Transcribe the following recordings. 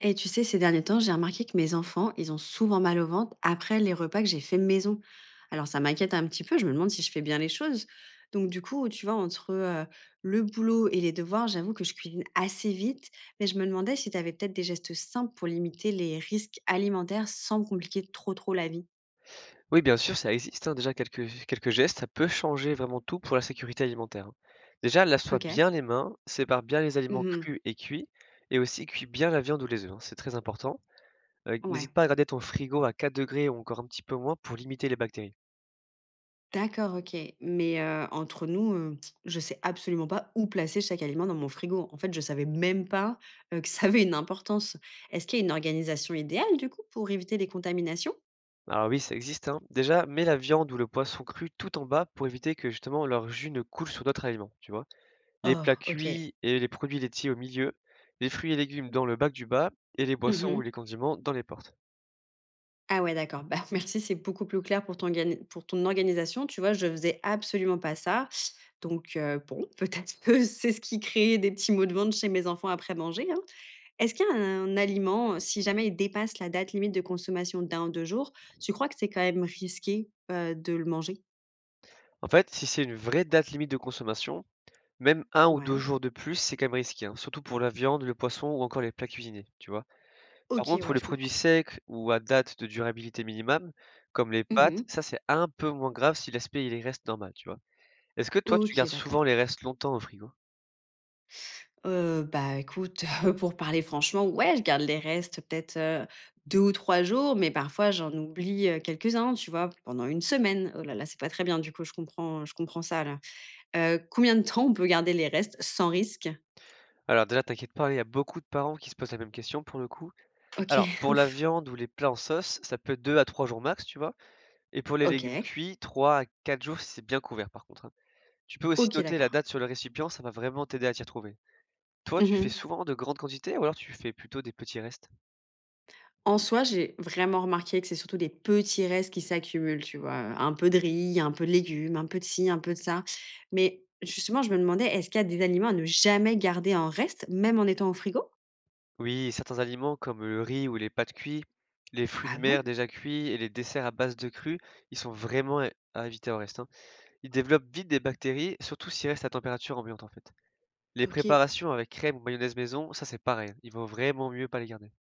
Et tu sais, ces derniers temps, j'ai remarqué que mes enfants, ils ont souvent mal au ventre après les repas que j'ai fait maison. Alors ça m'inquiète un petit peu, je me demande si je fais bien les choses. Donc du coup, tu vois, entre le boulot et les devoirs, j'avoue que je cuisine assez vite, mais je me demandais si tu avais peut-être des gestes simples pour limiter les risques alimentaires sans me compliquer trop trop la vie. Oui, bien sûr, ça existe, hein, déjà quelques gestes, ça peut changer vraiment tout pour la sécurité alimentaire, hein. Déjà, lave-toi OK. bien les mains, sépare bien les aliments Mhm. crus et cuits et aussi cuis bien la viande ou les œufs, hein, c'est très important. Ouais. N'hésite pas à garder ton frigo à 4 degrés ou encore un petit peu moins pour limiter les bactéries. D'accord, OK. Mais entre nous, je sais absolument pas où placer chaque aliment dans mon frigo. En fait, je savais même pas, que ça avait une importance. Est-ce qu'il y a une organisation idéale, du coup, pour éviter les contaminations? Alors oui, ça existe, hein. Déjà, mets la viande ou le poisson cru tout en bas pour éviter que justement leur jus ne coule sur d'autres aliments, tu vois? Les plats Oh, OK. cuits et les produits laitiers au milieu, les fruits et légumes dans le bac du bas et les boissons ou Mmh. les condiments dans les portes. Ah ouais, d'accord. Bah, merci, c'est beaucoup plus clair pour ton gani pour ton organisation. Tu vois, je faisais absolument pas ça. Donc bon, peut-être que c'est ce qui créait des petits maux de ventre chez mes enfants après manger, hein. Est-ce qu'il y a un aliment, si jamais il dépasse la date limite de consommation d'un ou 2 jours, tu crois que c'est quand même risqué, de le manger? En fait, si c'est une vraie date limite de consommation, même un ou 2 Ouais. jours de plus, c'est quand même risqué, hein, surtout pour la viande, le poisson ou encore les plats cuisinés, tu vois? Par OK, contre, pour ouais, les je produits comprends. secs ou à date de durabilité minimum, comme les pâtes, Mmh. ça c'est un peu moins grave si l'aspect il reste normal, tu vois? Est-ce que toi tu OK, gardes souvent d'accord. les restes longtemps au frigo? Bah, écoute, pour parler franchement, ouais, je garde les restes peut-être, 2 ou 3 jours, mais parfois j'en oublie, quelques-uns, tu vois? Pendant une semaine. Oh là là, c'est pas très bien du coup, je comprends ça là. Combien de temps on peut garder les restes sans risque? Alors déjà, t'inquiète pas, il y a beaucoup de parents qui se posent la même question pour le coup. OK, Alors, pour la ouf. viande ou les plats en sauce, ça peut être 2 à trois jours max, tu vois? Et pour les légumes OK. cuits, 3 à 4 jours si c'est bien couvert par contre, hein. Tu peux aussi OK, noter la d'accord. date sur le récipient, ça va vraiment t'aider à t'y retrouver. Toi, tu fais Mmh. souvent de grandes quantités ou alors tu fais plutôt des petits restes? En soi, j'ai vraiment remarqué que c'est surtout des petits restes qui s'accumulent, tu vois? Un peu de riz, un peu de légumes, un peu de ci, un peu de ça. Mais justement, je me demandais, est-ce qu'il y a des aliments à ne jamais garder en reste, même en étant au frigo? Oui, certains aliments comme le riz ou les pâtes cuites, les fruits de Ah bon? mer déjà cuits et les desserts à base de cru, ils sont vraiment à éviter au reste, hein. Ils développent vite des bactéries, surtout s'ils restent à température ambiante en fait. Les OK. préparations avec crème ou mayonnaise maison, ça c'est pareil, il vaut vraiment mieux pas les garder.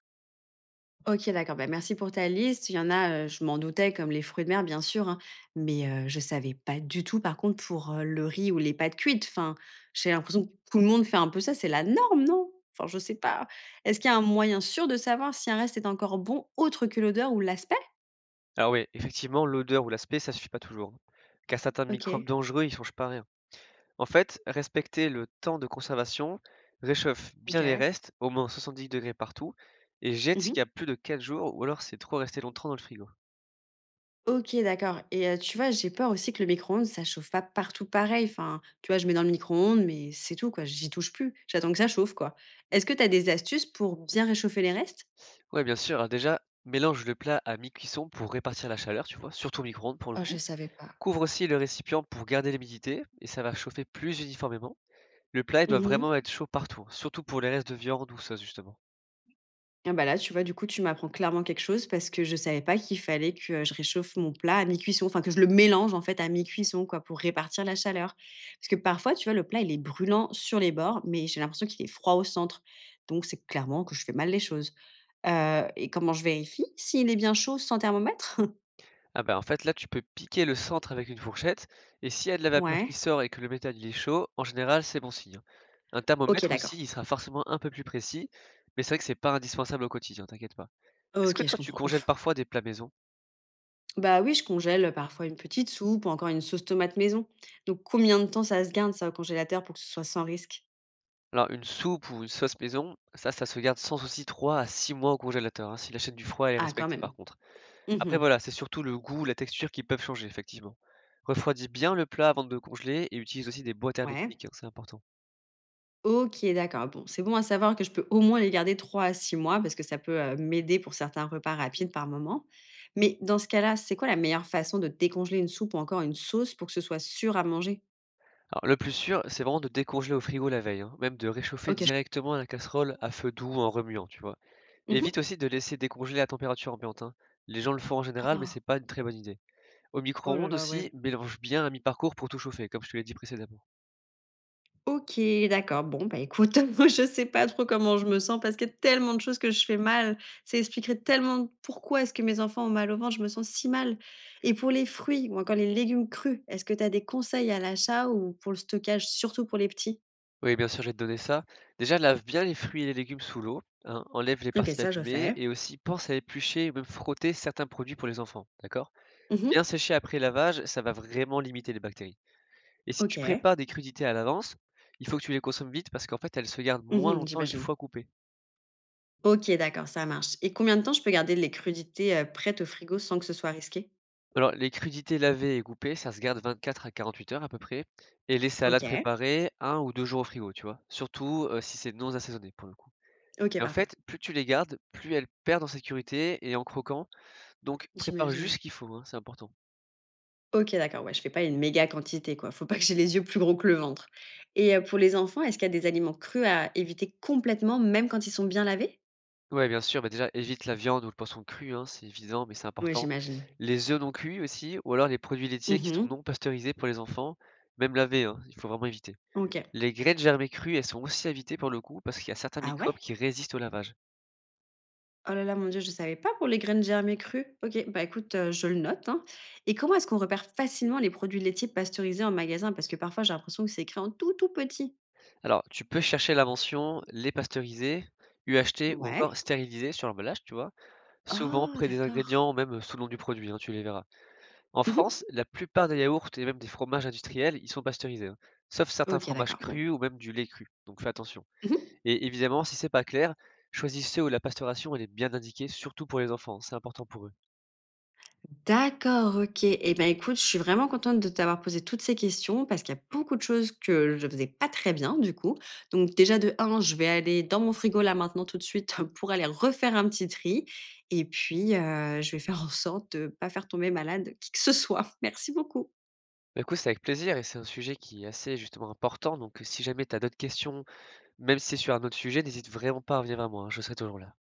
OK, d'accord. Bah, merci pour ta liste. Il y en a, je m'en doutais comme les fruits de mer bien sûr, hein, mais je savais pas du tout par contre pour, le riz ou les pâtes cuites. Enfin, j'ai l'impression que tout le monde fait un peu ça, c'est la norme, non? Enfin, je sais pas. Est-ce qu'il y a un moyen sûr de savoir si un reste est encore bon autre que l'odeur ou l'aspect? Alors oui, effectivement, l'odeur ou l'aspect, ça suffit pas toujours, hein, car certains microbes OK, dangereux, ils changent pas rien. En fait, respecter le temps de conservation réchauffe bien les OK. restes, au moins 70 degrés partout, et jette ce Mmh. qu'il y a plus de 4 jours ou alors c'est trop resté longtemps dans le frigo. OK, d'accord et tu vois, j'ai peur aussi que le micro-ondes, ça chauffe pas partout pareil. Enfin, tu vois, je mets dans le micro-ondes, mais c'est tout quoi, j'y touche plus. J'attends que ça chauffe quoi. Est-ce que tu as des astuces pour bien réchauffer les restes? Ouais, bien sûr, alors déjà, mélange le plat à mi-cuisson pour répartir la chaleur, tu vois, surtout au micro-ondes pour le Oh, je coup. savais pas. Couvre aussi le récipient pour garder l'humidité, et ça va chauffer plus uniformément. Le plat, il doit Mmh mh. vraiment être chaud partout, hein, surtout pour les restes de viande ou sauce justement. Ah bah, là, tu vois, du coup, tu m'apprends clairement quelque chose parce que je savais pas qu'il fallait que, je réchauffe mon plat à mi-cuisson, enfin que je le mélange, en fait, à mi-cuisson, quoi, pour répartir la chaleur. Parce que parfois, tu vois, le plat, il est brûlant sur les bords, mais j'ai l'impression qu'il est froid au centre. Donc c'est clairement que je fais mal les choses. Et comment je vérifie s'il est bien chaud sans thermomètre? Ah bah, en fait, là, tu peux piquer le centre avec une fourchette, et s'il y a de la vapeur qui Ouais. sort et que le métal il est chaud, en général, c'est bon signe, hein. Un OK, thermomètre aussi, d'accord. il sera forcément un peu plus précis, mais c'est vrai que c'est pas indispensable au quotidien, t'inquiète pas. Est-ce que OK, je toi, tu comprends. congèles Ouf. parfois des plats maison? Bah, oui, je congèle, parfois une petite soupe ou encore une sauce tomate maison. Donc combien de temps ça se garde ça au congélateur pour que ce soit sans risque? Alors, une soupe ou une sauce maison, ça se garde sans souci 3 à 6 mois au congélateur, hein, si la chaîne du froid elle est Ah quand respectée même. par contre. Après, Mmh. voilà, c'est surtout le goût, la texture qui peuvent changer, effectivement. Refroidis bien le plat avant de le congeler et utilise aussi des boîtes Ouais. hermétiques, hein, c'est important. OK, d'accord. Bon, c'est bon à savoir que je peux au moins les garder 3 à 6 mois parce que ça peut, m'aider pour certains repas rapides par moment. Mais dans ce cas-là, c'est quoi la meilleure façon de décongeler une soupe ou encore une sauce pour que ce soit sûr à manger? Alors le plus sûr, c'est vraiment de décongeler au frigo la veille, hein, même de réchauffer OK, je directement la casserole à feu doux en remuant, tu vois. mmh Évite mh. aussi de laisser décongeler à température ambiante, hein. Les gens le font en général, mais Oh! c'est pas une très bonne idée. Au Oh là micro-ondes là, ouais. aussi, mélange bien à mi-parcours pour tout chauffer, comme je te l'ai dit précédemment. OK, d'accord. Bon, bah, écoute, moi, je sais pas trop comment je me sens parce qu'il y a tellement de choses que je fais mal. Ça expliquerait tellement pourquoi est-ce que mes enfants ont mal au ventre, je me sens si mal. Et pour les fruits ou encore les légumes crus, est-ce que tu as des conseils à l'achat ou pour le stockage, surtout pour les petits? Oui, bien sûr, j'ai te donné ça. Déjà, lave bien les fruits et les légumes sous l'eau, hein, enlève les OK, parties ça je abîmées fais. et aussi pense à éplucher ou même frotter certains produits pour les enfants, d'accord? Mmh. Bien sécher après lavage, ça va vraiment limiter les bactéries. Et si tu OK. prépares des crudités à l'avance, il faut que tu les consommes vite parce qu'en fait, elles se gardent moins Mmh, longtemps une j'imagine. fois coupées. OK, d'accord, ça marche. Et combien de temps je peux garder les crudités, prêtes au frigo sans que ce soit risqué? Alors, les crudités lavées et coupées, ça se garde 24 à 48 heures à peu près. Et les salades OK. préparées, un ou 2 jours au frigo, tu vois? Surtout, si c'est non assaisonné pour le coup. OK, Et en parfait. fait, plus tu les gardes, plus elles perdent en sécurité et en croquant. Donc prépare juste J'imagine. ce qu'il faut, hein, c'est important. OK, d'accord, ouais, je fais pas une méga quantité, quoi. Faut pas que j'ai les yeux plus gros que le ventre et pour les enfants, est-ce qu'il y a des aliments crus à éviter complètement, même quand ils sont bien lavés? Ouais, bien sûr, bah, déjà évite la viande ou le poisson cru, hein, c'est évident, mais c'est Ouais, important. j'imagine. Les œufs non cuits aussi ou alors les produits laitiers qui sont Mmh. non pasteurisés pour les enfants, même lavés, hein, il faut vraiment éviter. OK. Les graines germées crues, elles sont aussi évitées pour le coup, parce qu'il y a certains Ah ouais? microbes qui résistent au lavage. Oh là là, mon Dieu, je savais pas pour les graines germées crues. OK, bah, écoute, je le note, hein, et comment est-ce qu'on repère facilement les produits laitiers pasteurisés en magasin? Parce que parfois, j'ai l'impression que c'est écrit en tout, tout petit. Alors, tu peux chercher la mention «lait pasteurisé», UHT ou Ouais. encore stérilisé sur l'emballage, tu vois, souvent Oh, près des d'accord. ingrédients, même sous le nom du produit, hein, tu les verras. En Mmh. France, la plupart des yaourts et même des fromages industriels, ils sont pasteurisés, hein, sauf certains OK, fromages d'accord, bon. crus ou même du lait cru, donc fais attention. Mmh. Et évidemment, si c'est pas clair, choisis ceux où la pasteuration elle est bien indiquée, surtout pour les enfants, hein, c'est important pour eux. D'accord, OK et ben, écoute, je suis vraiment contente de t'avoir posé toutes ces questions parce qu'il y a beaucoup de choses que je faisais pas très bien, du coup. Donc déjà de un, je vais aller dans mon frigo là maintenant tout de suite pour aller refaire un petit tri et puis, je vais faire en sorte de pas faire tomber malade qui que ce soit. Merci beaucoup. Bah, écoute, c'est avec plaisir et c'est un sujet qui est assez justement important, donc si jamais tu as d'autres questions. Même si c'est sur un autre sujet, n'hésite vraiment pas à revenir vers moi, hein, je serai toujours là.